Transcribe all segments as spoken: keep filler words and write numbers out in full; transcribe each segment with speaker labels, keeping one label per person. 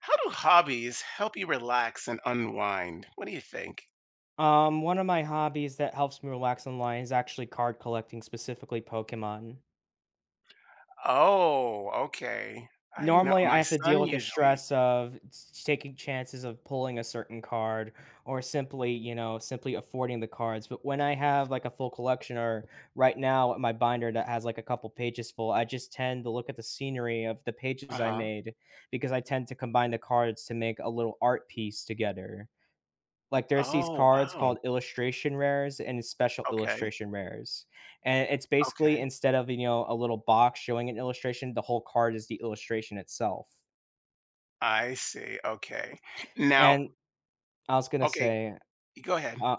Speaker 1: How do hobbies help you relax and unwind? What do you think?
Speaker 2: Um, one of my hobbies that helps me relax online is actually card collecting, specifically Pokemon.
Speaker 1: Oh, okay. I know
Speaker 2: Normally, I
Speaker 1: my
Speaker 2: have to deal
Speaker 1: son
Speaker 2: with the
Speaker 1: usually.
Speaker 2: stress of s- taking chances of pulling a certain card or simply, you know, simply affording the cards. But when I have like a full collection or right now my binder that has like a couple pages full, I just tend to look at the scenery of the pages I
Speaker 1: Uh-huh.
Speaker 2: made because I tend to combine the cards to make a little art piece together. Like, there's these
Speaker 1: Oh,
Speaker 2: cards
Speaker 1: wow.
Speaker 2: called illustration rares and special
Speaker 1: Okay,
Speaker 2: illustration rares, and it's basically
Speaker 1: okay.
Speaker 2: instead of, you know, a little box showing an illustration, the whole card is the illustration itself.
Speaker 1: I see, okay. Now
Speaker 2: And I was gonna
Speaker 1: okay,
Speaker 2: say,
Speaker 1: go ahead.
Speaker 2: uh,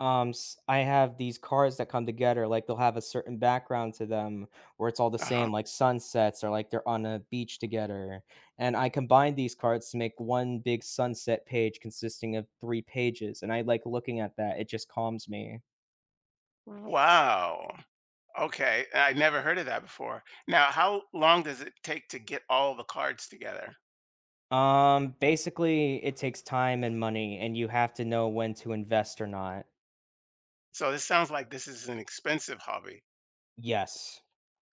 Speaker 2: um, s I have these cards that come together, like, they'll have a certain background to them where it's all the
Speaker 1: Uh-huh.
Speaker 2: same, like sunsets or, like, they're on a beach together, and I combine these cards to make one big sunset page consisting of three pages, and I like looking at that, it just calms me.
Speaker 1: Wow. Okay, I never heard of that before. Now how long does it take to get all the cards together?
Speaker 2: Um, basically, it takes time and money, and you have to know when to invest or not.
Speaker 1: So this sounds like this is an expensive hobby.
Speaker 2: Yes.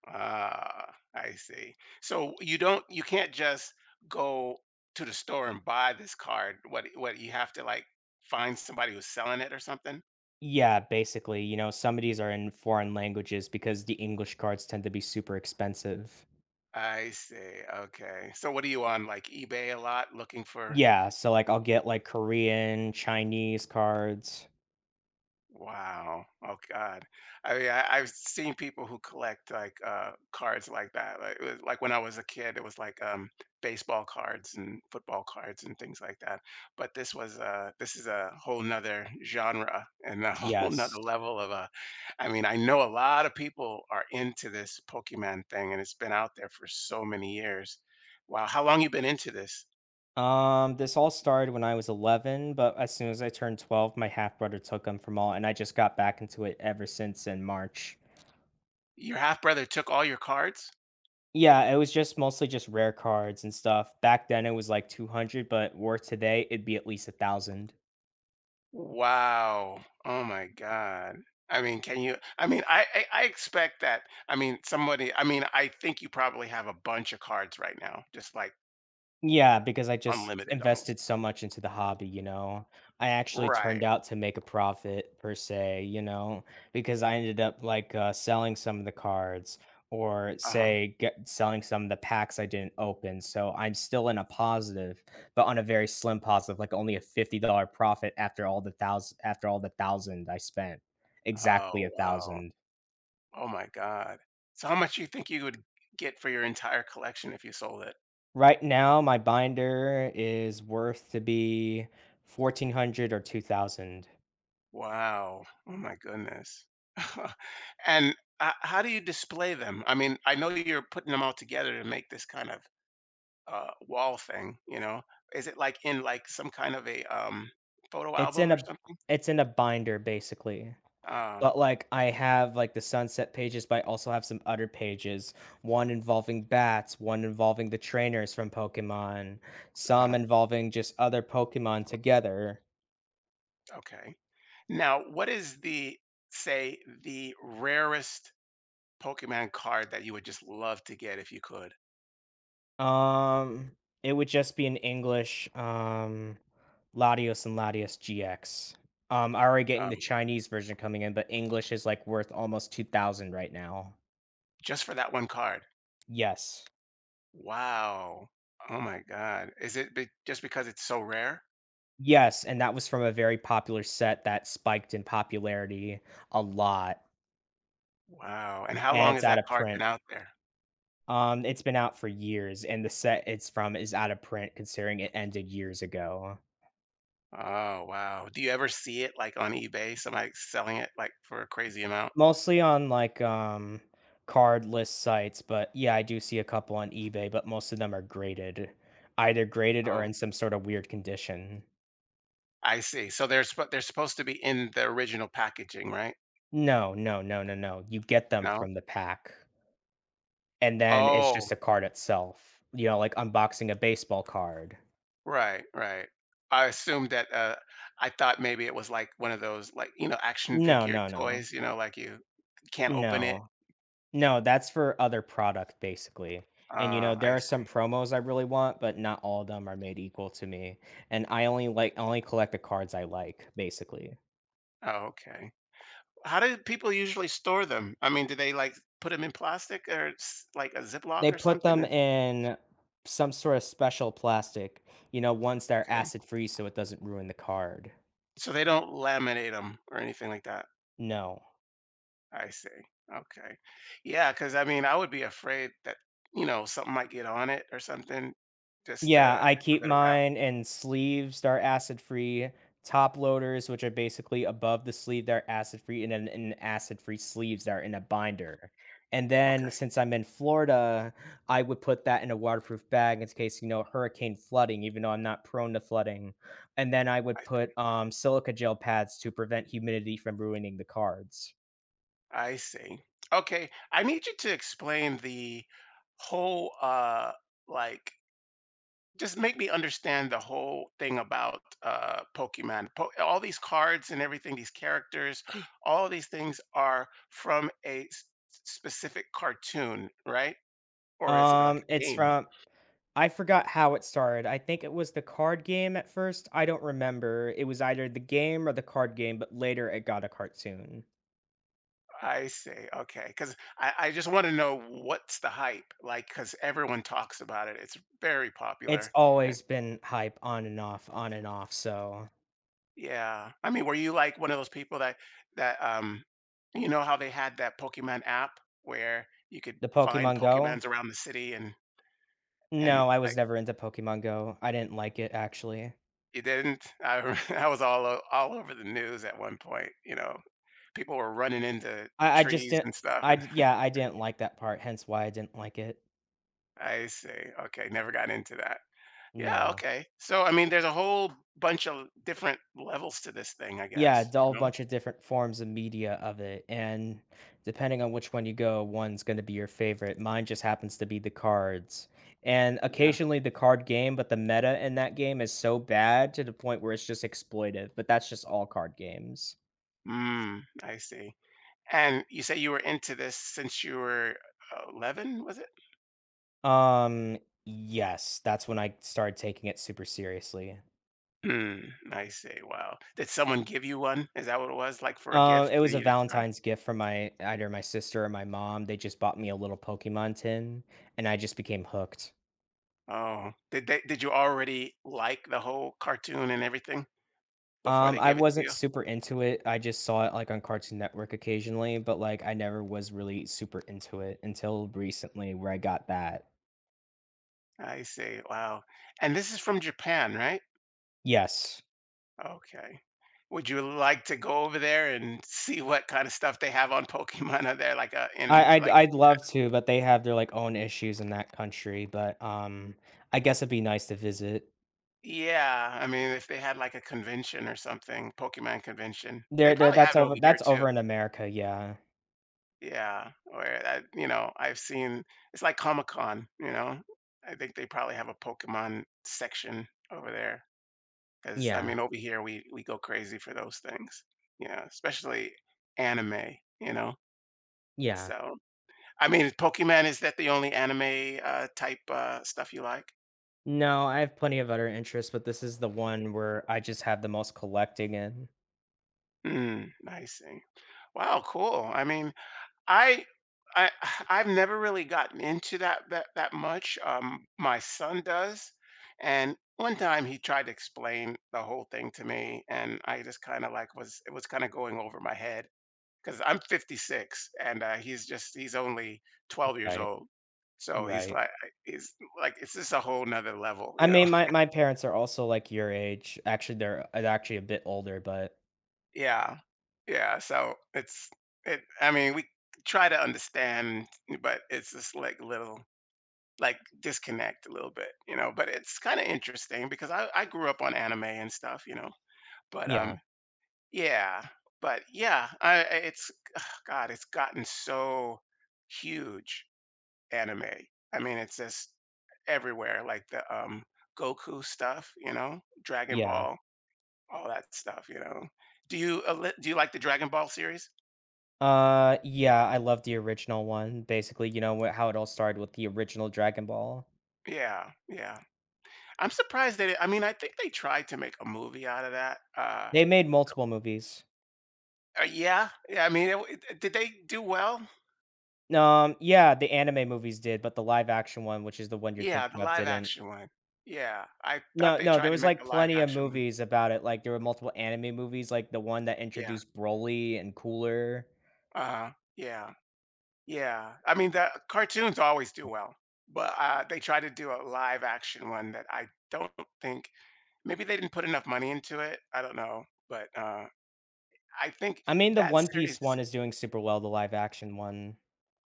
Speaker 1: Ah, I see. So you don't you can't just go to the store and buy this card. What what you have to like find somebody who's selling it or something?
Speaker 2: Yeah, basically, you know, some of these are in foreign languages because the English cards tend to be super expensive.
Speaker 1: I see. Okay. So what are you on like eBay a lot looking for?
Speaker 2: Yeah, so like I'll get like Korean, Chinese cards.
Speaker 1: Wow. Oh God. I mean, I, I've seen people who collect like uh cards like that. Like it was, like when I was a kid, it was like um baseball cards and football cards and things like that. But this was uh this is a whole nother genre and a whole nother
Speaker 2: Yes.
Speaker 1: level of uh. I mean, I know a lot of people are into this Pokemon thing and it's been out there for so many years. Wow, how long you been into this?
Speaker 2: Um, this all started when I was eleven, but as soon as I turned twelve, my half brother took them from all, and I just got back into it ever since in March.
Speaker 1: Your half brother took all your cards?
Speaker 2: Yeah, it was just mostly just rare cards and stuff. Back then it was like two hundred, but where today it'd be at least a 1,000.
Speaker 1: Wow. Oh my God. I mean, can you? I mean, I, I I expect that. I mean, somebody. I mean, I think you probably have a bunch of cards right now, just like
Speaker 2: Yeah, because I just
Speaker 1: unlimited almost.
Speaker 2: invested so much into the hobby, you know. I actually turned
Speaker 1: Right.
Speaker 2: out to make a profit per se, you know, because I ended up like uh, selling some of the cards or
Speaker 1: Uh huh.
Speaker 2: say get, selling some of the packs I didn't open. So I'm still in a positive, but on a very slim positive, like only a fifty dollar profit after all the thousand after all the thousand I spent. Exactly
Speaker 1: Oh
Speaker 2: a
Speaker 1: wow.
Speaker 2: thousand.
Speaker 1: Oh my God. So how much you think you would get for your entire collection if you sold it?
Speaker 2: Right now my binder is worth to be fourteen hundred or two thousand.
Speaker 1: Wow. Oh my goodness. And uh, how do you display them? I mean, I know you're putting them all together to make this kind of uh, wall thing, you know? Is it like in like some kind of a um, photo
Speaker 2: It's
Speaker 1: album
Speaker 2: in
Speaker 1: or
Speaker 2: a
Speaker 1: something?
Speaker 2: it's in a binder basically,
Speaker 1: Uh,
Speaker 2: but, like, I have, like, the sunset pages, but I also have some other pages, one involving bats, one involving the trainers from Pokemon, some
Speaker 1: uh-huh.
Speaker 2: involving just other Pokemon together.
Speaker 1: Okay. Now, what is the say the rarest Pokemon card that you would just love to get if you could?
Speaker 2: Um, it would just be in English, um, Latios and Latias G X. Um, I'm already getting
Speaker 1: Um,
Speaker 2: the Chinese version coming in, but English is, like, worth almost two thousand right now.
Speaker 1: just for that one card.
Speaker 2: Yes.
Speaker 1: Wow. Oh my God. Is it be just because it's so rare?
Speaker 2: Yes, and that was from a very popular set that spiked in popularity a lot,
Speaker 1: Wow. And how
Speaker 2: and
Speaker 1: long
Speaker 2: it's
Speaker 1: has
Speaker 2: out
Speaker 1: that
Speaker 2: of
Speaker 1: card been
Speaker 2: print.
Speaker 1: out there?
Speaker 2: Um, it's been out for years, and the set it's from is out of print considering it ended years ago.
Speaker 1: Oh wow. Do you ever see it like on eBay, somebody selling it like for a crazy amount?
Speaker 2: Mostly on, like, um, card list sites, but, yeah, I do see a couple on eBay, but most of them are graded. Either graded or
Speaker 1: Oh,
Speaker 2: in some sort of weird condition.
Speaker 1: I see. So they're sp they're supposed to be in the original packaging, right?
Speaker 2: No, no, no, no, no, you get them
Speaker 1: No?
Speaker 2: from the pack, and then it's
Speaker 1: Oh,
Speaker 2: just a card itself, you know, like unboxing a baseball card.
Speaker 1: right, right. I assumed that, uh I thought maybe it was like one of those, like, you know, action
Speaker 2: No,
Speaker 1: figure
Speaker 2: no, no.
Speaker 1: toys, you know, like you can't open it.
Speaker 2: No. No, that's for other product basically,
Speaker 1: Oh,
Speaker 2: and, you know,
Speaker 1: I
Speaker 2: there are some
Speaker 1: see.
Speaker 2: promos I really want, but not all of them are made equal to me, and I only like only collect the cards I like, basically.
Speaker 1: Oh, okay. How do people usually store them? I mean, do they, like, put them in plastic or s like a Ziploc
Speaker 2: They
Speaker 1: or
Speaker 2: put
Speaker 1: something?
Speaker 2: them
Speaker 1: Or
Speaker 2: in some sort of special plastic, you know, ones that are
Speaker 1: okay.
Speaker 2: acid free so it doesn't ruin the card.
Speaker 1: So they don't laminate laminate them or anything like that?
Speaker 2: No.
Speaker 1: I see. Okay. Yeah, because I mean, I would be afraid that, you know, something might get on it or something. Just uh,
Speaker 2: Yeah, I
Speaker 1: have
Speaker 2: keep
Speaker 1: it around.
Speaker 2: mine in sleeves that are acid free, top loaders, which are basically above the sleeve that are acid free, and then in acid free sleeves that are in a binder. And then
Speaker 1: Okay.
Speaker 2: since I'm in Florida, I would put that in a waterproof bag in case, you know, hurricane flooding, even though I'm not prone to flooding. And then I
Speaker 1: I
Speaker 2: would
Speaker 1: see.
Speaker 2: put um, silica gel pads to prevent humidity from ruining the cards.
Speaker 1: I see. Okay. I need you to explain the whole, uh, like, just make me understand the whole thing about uh, Pokemon. Po- all these cards and everything, these characters, all these things are from a s- specific cartoon, right? Or is it like
Speaker 2: Um,
Speaker 1: a
Speaker 2: it's
Speaker 1: game?
Speaker 2: from I forgot how it started. I think it was the card game at first. I don't remember. It was either the game or the card game, but later it got a cartoon.
Speaker 1: I see. Okay. Because I, I just want to know what's the hype like, because everyone talks about it. It's very
Speaker 2: It's
Speaker 1: popular. Uh,
Speaker 2: always been hype on and off, on and off, so.
Speaker 1: Yeah. I mean, were you like one of those people that, that, um, you know how they had that Pokemon app where you could
Speaker 2: The
Speaker 1: find
Speaker 2: Pokemon Go?
Speaker 1: Pokemons around the city, and, and
Speaker 2: No, I was
Speaker 1: like
Speaker 2: never into Pokemon Go. I didn't like it actually.
Speaker 1: you didn't? I, rem- I was all, o- all over the news at one point. You know, people were running into
Speaker 2: I I just
Speaker 1: trees
Speaker 2: didn't
Speaker 1: and stuff.
Speaker 2: I
Speaker 1: And
Speaker 2: d Yeah, I didn't like that part, hence why I didn't like it.
Speaker 1: I see. Okay. Never got into that. Yeah,
Speaker 2: No.
Speaker 1: okay. So, I mean, there's a whole bunch of different levels to this thing, I
Speaker 2: Yeah,
Speaker 1: guess.
Speaker 2: it's all a
Speaker 1: You know?
Speaker 2: bunch of different forms of media of it, and depending on which one you go, one's gonna be your favorite. Mine just happens to be the cards, and
Speaker 1: Yeah.
Speaker 2: occasionally the card game, but the meta in that game is so bad to the point where it's just exploitive, but that's just all card games.
Speaker 1: Mm, I see. And you say you were into this since you were uh, eleven, was it?
Speaker 2: Um, yes, that's when I started taking it super seriously.
Speaker 1: Hmm. I see. Wow. Did someone give you one? Is that what it was? Like for a
Speaker 2: Um,
Speaker 1: gift,
Speaker 2: it
Speaker 1: and
Speaker 2: was
Speaker 1: then
Speaker 2: a
Speaker 1: you just started?
Speaker 2: Valentine's gift from my either my sister or my mom. They just bought me a little Pokemon tin, and I just became hooked.
Speaker 1: Oh, did they, did you already like the whole cartoon and everything before
Speaker 2: Um,
Speaker 1: they
Speaker 2: I
Speaker 1: gave it to
Speaker 2: wasn't
Speaker 1: you?
Speaker 2: super into it. I just saw it, like, on Cartoon Network occasionally, but, like, I never was really super into it until recently where I got that.
Speaker 1: I see. Wow. And this is from Japan, right?
Speaker 2: Yes.
Speaker 1: Okay. Would you like to go over there and see what kind of stuff they have on Pokemon? Are there like a in
Speaker 2: I I'd
Speaker 1: like.
Speaker 2: I'd love to, but they have their, like, own issues in that country, but, um, I guess it'd be nice to visit.
Speaker 1: Yeah, I mean, if they had like a convention or something, Pokemon convention. They
Speaker 2: There there
Speaker 1: probably
Speaker 2: that's
Speaker 1: have it over
Speaker 2: over
Speaker 1: here
Speaker 2: that's
Speaker 1: too.
Speaker 2: over in America, yeah.
Speaker 1: Yeah, or I, you know, I've seen it's like Comic-Con, you know. I think they probably have a Pokemon section over there because I mean,
Speaker 2: Yeah,
Speaker 1: over here we we go crazy for those things, you know, especially anime, you know?
Speaker 2: yeah.
Speaker 1: So I mean, Pokemon, is that the only anime uh, type uh, stuff you like?
Speaker 2: No, I have plenty of other interests, but this is the one where I just have the most collecting in.
Speaker 1: Mm, I see. Wow, cool. I mean, I I I've never really gotten into that that that much. Um, my son does, and one time he tried to explain the whole thing to me, and I just kind of like was it was kind of going over my head because I'm fifty-six and uh, he's just he's only twelve years
Speaker 2: Right,
Speaker 1: old, so he's
Speaker 2: right.
Speaker 1: like he's like it's just a whole nother level,
Speaker 2: I
Speaker 1: you know.
Speaker 2: mean, my my parents are also, like, your age. Actually, they're they actually a bit older, but
Speaker 1: Yeah. Yeah, so it's it I mean, we try to understand, but it's just like little like disconnect a little bit, you know, but it's kind of interesting because I I grew up on anime and stuff, you know. But
Speaker 2: yeah,
Speaker 1: um yeah, but yeah, I I- it's God, it's gotten so huge anime. I mean, it's just everywhere like the um Goku stuff, you know, Dragon
Speaker 2: yeah.
Speaker 1: Ball, all that stuff, you know. Do you uh, li- do you like the Dragon Ball series?
Speaker 2: Uh, yeah, I love the original one, basically, you know, wha how it all started with the original Dragon Ball.
Speaker 1: Yeah, yeah. I'm surprised they I mean, I think they tried to make a movie out of that. Uh,
Speaker 2: They made multiple movies.
Speaker 1: uh, yeah, yeah, I mean, it w d did they do well?
Speaker 2: Um, yeah, the anime movies did, but the live action one, which is the one you're
Speaker 1: Yeah, the
Speaker 2: thinking of,
Speaker 1: live
Speaker 2: didn't.
Speaker 1: action one. Yeah, I thought
Speaker 2: No,
Speaker 1: they
Speaker 2: no,
Speaker 1: tried
Speaker 2: there
Speaker 1: to
Speaker 2: was,
Speaker 1: make a
Speaker 2: like,
Speaker 1: live
Speaker 2: plenty of
Speaker 1: action one.
Speaker 2: movies about it, like, there were multiple anime movies, like the one that
Speaker 1: Yeah,
Speaker 2: introduced Broly and Cooler.
Speaker 1: uh yeah, yeah. I mean, the cartoons always do well, but, uh, they tried to do a live action one that I don't think maybe they didn't put enough money into it, I don't know, but, uh, I think
Speaker 2: I mean, the
Speaker 1: that
Speaker 2: One
Speaker 1: series
Speaker 2: Piece
Speaker 1: is
Speaker 2: one is doing super well, the live action one.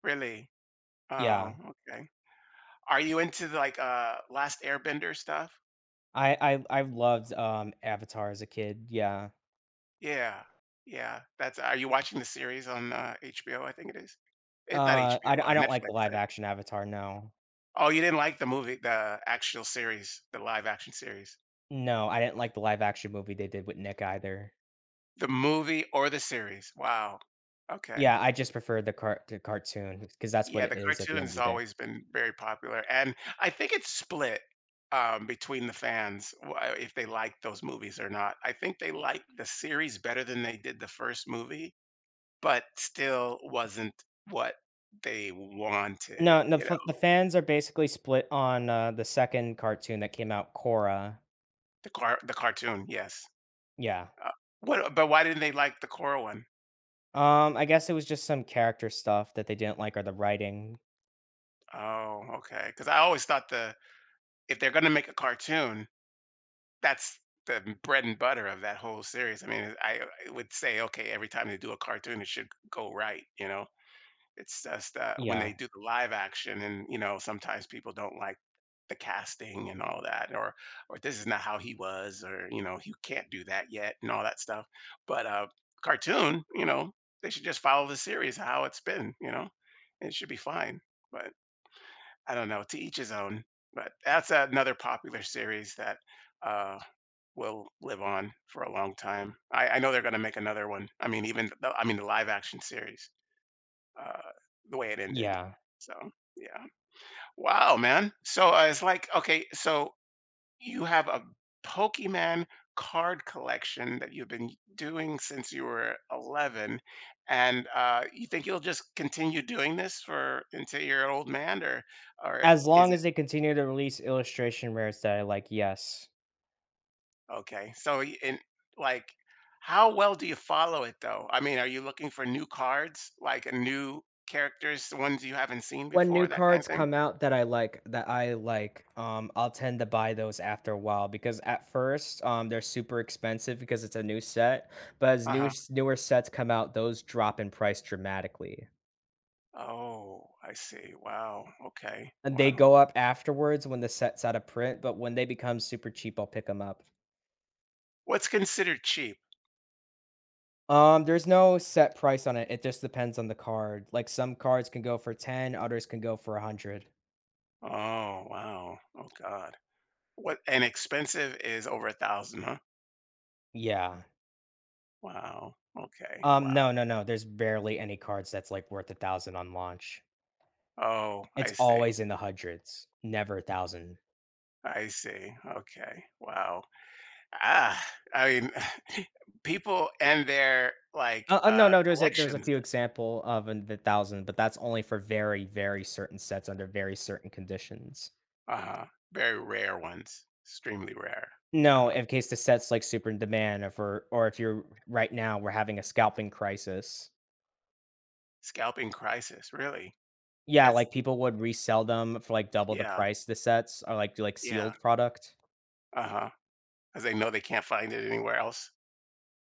Speaker 1: really? Oh,
Speaker 2: Yeah.
Speaker 1: okay. Are you into the, like, uh, Last Airbender stuff?
Speaker 2: I I I loved, um, Avatar as a kid, yeah.
Speaker 1: Yeah. Yeah. That's are you watching the series on, uh, H B O, I think it is? It's not
Speaker 2: Uh, I
Speaker 1: H B O,
Speaker 2: d- I
Speaker 1: uh,
Speaker 2: don't like
Speaker 1: Netflix,
Speaker 2: the live
Speaker 1: eh.
Speaker 2: action Avatar, no.
Speaker 1: Oh, you didn't like the movie the actual series, the live action series?
Speaker 2: No, I didn't like the live action movie they did with Nick either.
Speaker 1: The movie or the series? Wow. Okay.
Speaker 2: Yeah, I just prefer the cart the cartoon because that's what
Speaker 1: Yeah,
Speaker 2: it
Speaker 1: the
Speaker 2: is at the end of
Speaker 1: cartoon's
Speaker 2: the day.
Speaker 1: always been very popular, and I think it's split, um, between the fans, w if they like those movies or not. I think they like the series better than they did the first movie, but still wasn't what they wanted,
Speaker 2: No, no,
Speaker 1: you
Speaker 2: f
Speaker 1: know?
Speaker 2: the fans are basically split on, uh, the second cartoon that came out, Korra.
Speaker 1: The car the cartoon, yes.
Speaker 2: Yeah.
Speaker 1: Uh, what but why didn't they like the Korra one?
Speaker 2: Um, I guess it was just some character stuff that they didn't like or the writing.
Speaker 1: Oh, okay. Because I always thought the if they're gonna make a cartoon, that's the m bread and butter of that whole series. I mean, I I would say, okay, every time they do a cartoon, it should go right, you know? It's just that when they
Speaker 2: Yeah,
Speaker 1: do the live action and, you know, sometimes people don't like the casting and all that or or this is not how he was or, you know, you can't do that yet and all that stuff. But uh cartoon, you know, they should just follow the series how it's been, you know. And it should be fine. But I don't know, to each his own. But that's another popular series that uh will live on for a long time. I, I know they're going to make another one. I mean, even the, I mean the live action series uh, the way it ended.
Speaker 2: yeah.
Speaker 1: So yeah, wow, man. So uh, it's like okay, so you have a Pokemon card collection that you've been doing since you were eleven, and uh, you think you'll just continue doing this for until you're an old man, or or
Speaker 2: As
Speaker 1: is
Speaker 2: long
Speaker 1: it
Speaker 2: as they continue to release illustration rares that I like, yes.
Speaker 1: okay? So y- in like. How well do you follow it though? I mean, are you looking for new cards, like a new characters, ones you haven't seen
Speaker 2: When
Speaker 1: before,
Speaker 2: new
Speaker 1: that kind of
Speaker 2: cards
Speaker 1: thing?
Speaker 2: come out that I like that I like, um, I'll tend to buy those after a while because at first, um, they're super expensive because it's a new set, but as
Speaker 1: Uh
Speaker 2: newer
Speaker 1: huh.
Speaker 2: newer sets come out, those drop in price dramatically,
Speaker 1: Oh, I see. Wow. Okay.
Speaker 2: and they
Speaker 1: Wow.
Speaker 2: go up afterwards when the set's out of print, but when they become super cheap, I'll pick pick them up.
Speaker 1: What's considered cheap?
Speaker 2: Um, there's no set price on it, it just depends on the card, like, some cards can go for ten, others can go for one hundred.
Speaker 1: Oh, wow. Oh, God. What and expensive is over a thousand, huh?
Speaker 2: Yeah.
Speaker 1: Wow. Okay.
Speaker 2: Um,
Speaker 1: Wow.
Speaker 2: no, no, no, There's barely any cards that's, like, worth a thousand on launch.
Speaker 1: Oh, I
Speaker 2: It's
Speaker 1: see.
Speaker 2: always in the hundreds, never a thousand.
Speaker 1: I see. Okay. Wow. Ah, I mean, people and their like
Speaker 2: Uh, uh, no,
Speaker 1: uh
Speaker 2: no, There's a there's a
Speaker 1: collections.
Speaker 2: few example of in the thousands, but that's only for very, very certain sets under very certain conditions.
Speaker 1: Uh-huh. Very rare ones. Extremely rare.
Speaker 2: No,
Speaker 1: Yeah.
Speaker 2: in case the set's, like, super in demand or for or if you're right now, we're having a scalping crisis.
Speaker 1: Scalping crisis, really.
Speaker 2: Yeah,
Speaker 1: It's
Speaker 2: like, people would resell them for, like, double the
Speaker 1: yeah.
Speaker 2: price, the sets are, like like,
Speaker 1: Yeah.
Speaker 2: sealed product.
Speaker 1: Uh-huh. 'Cause they know they can't find it anywhere else.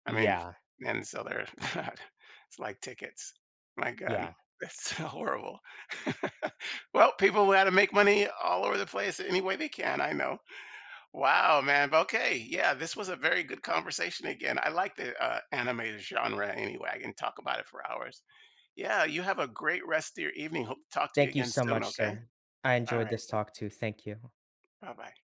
Speaker 1: I mean,
Speaker 2: Yeah,
Speaker 1: and so they're it's like tickets. My god,
Speaker 2: yeah.
Speaker 1: that's horrible. Well, people know how to make money all over the place any way they can, I know. Wow, man. But okay, yeah, this was a very good conversation again. I like the, uh, anime genre anyway. I can talk about it for hours. Yeah, you have a great rest of your evening. Hope to talk to you
Speaker 2: Thank you
Speaker 1: again
Speaker 2: so
Speaker 1: soon,
Speaker 2: much,
Speaker 1: okay?
Speaker 2: sir. I
Speaker 1: All
Speaker 2: enjoyed
Speaker 1: right.
Speaker 2: this talk too, thank you.
Speaker 1: Bye-bye.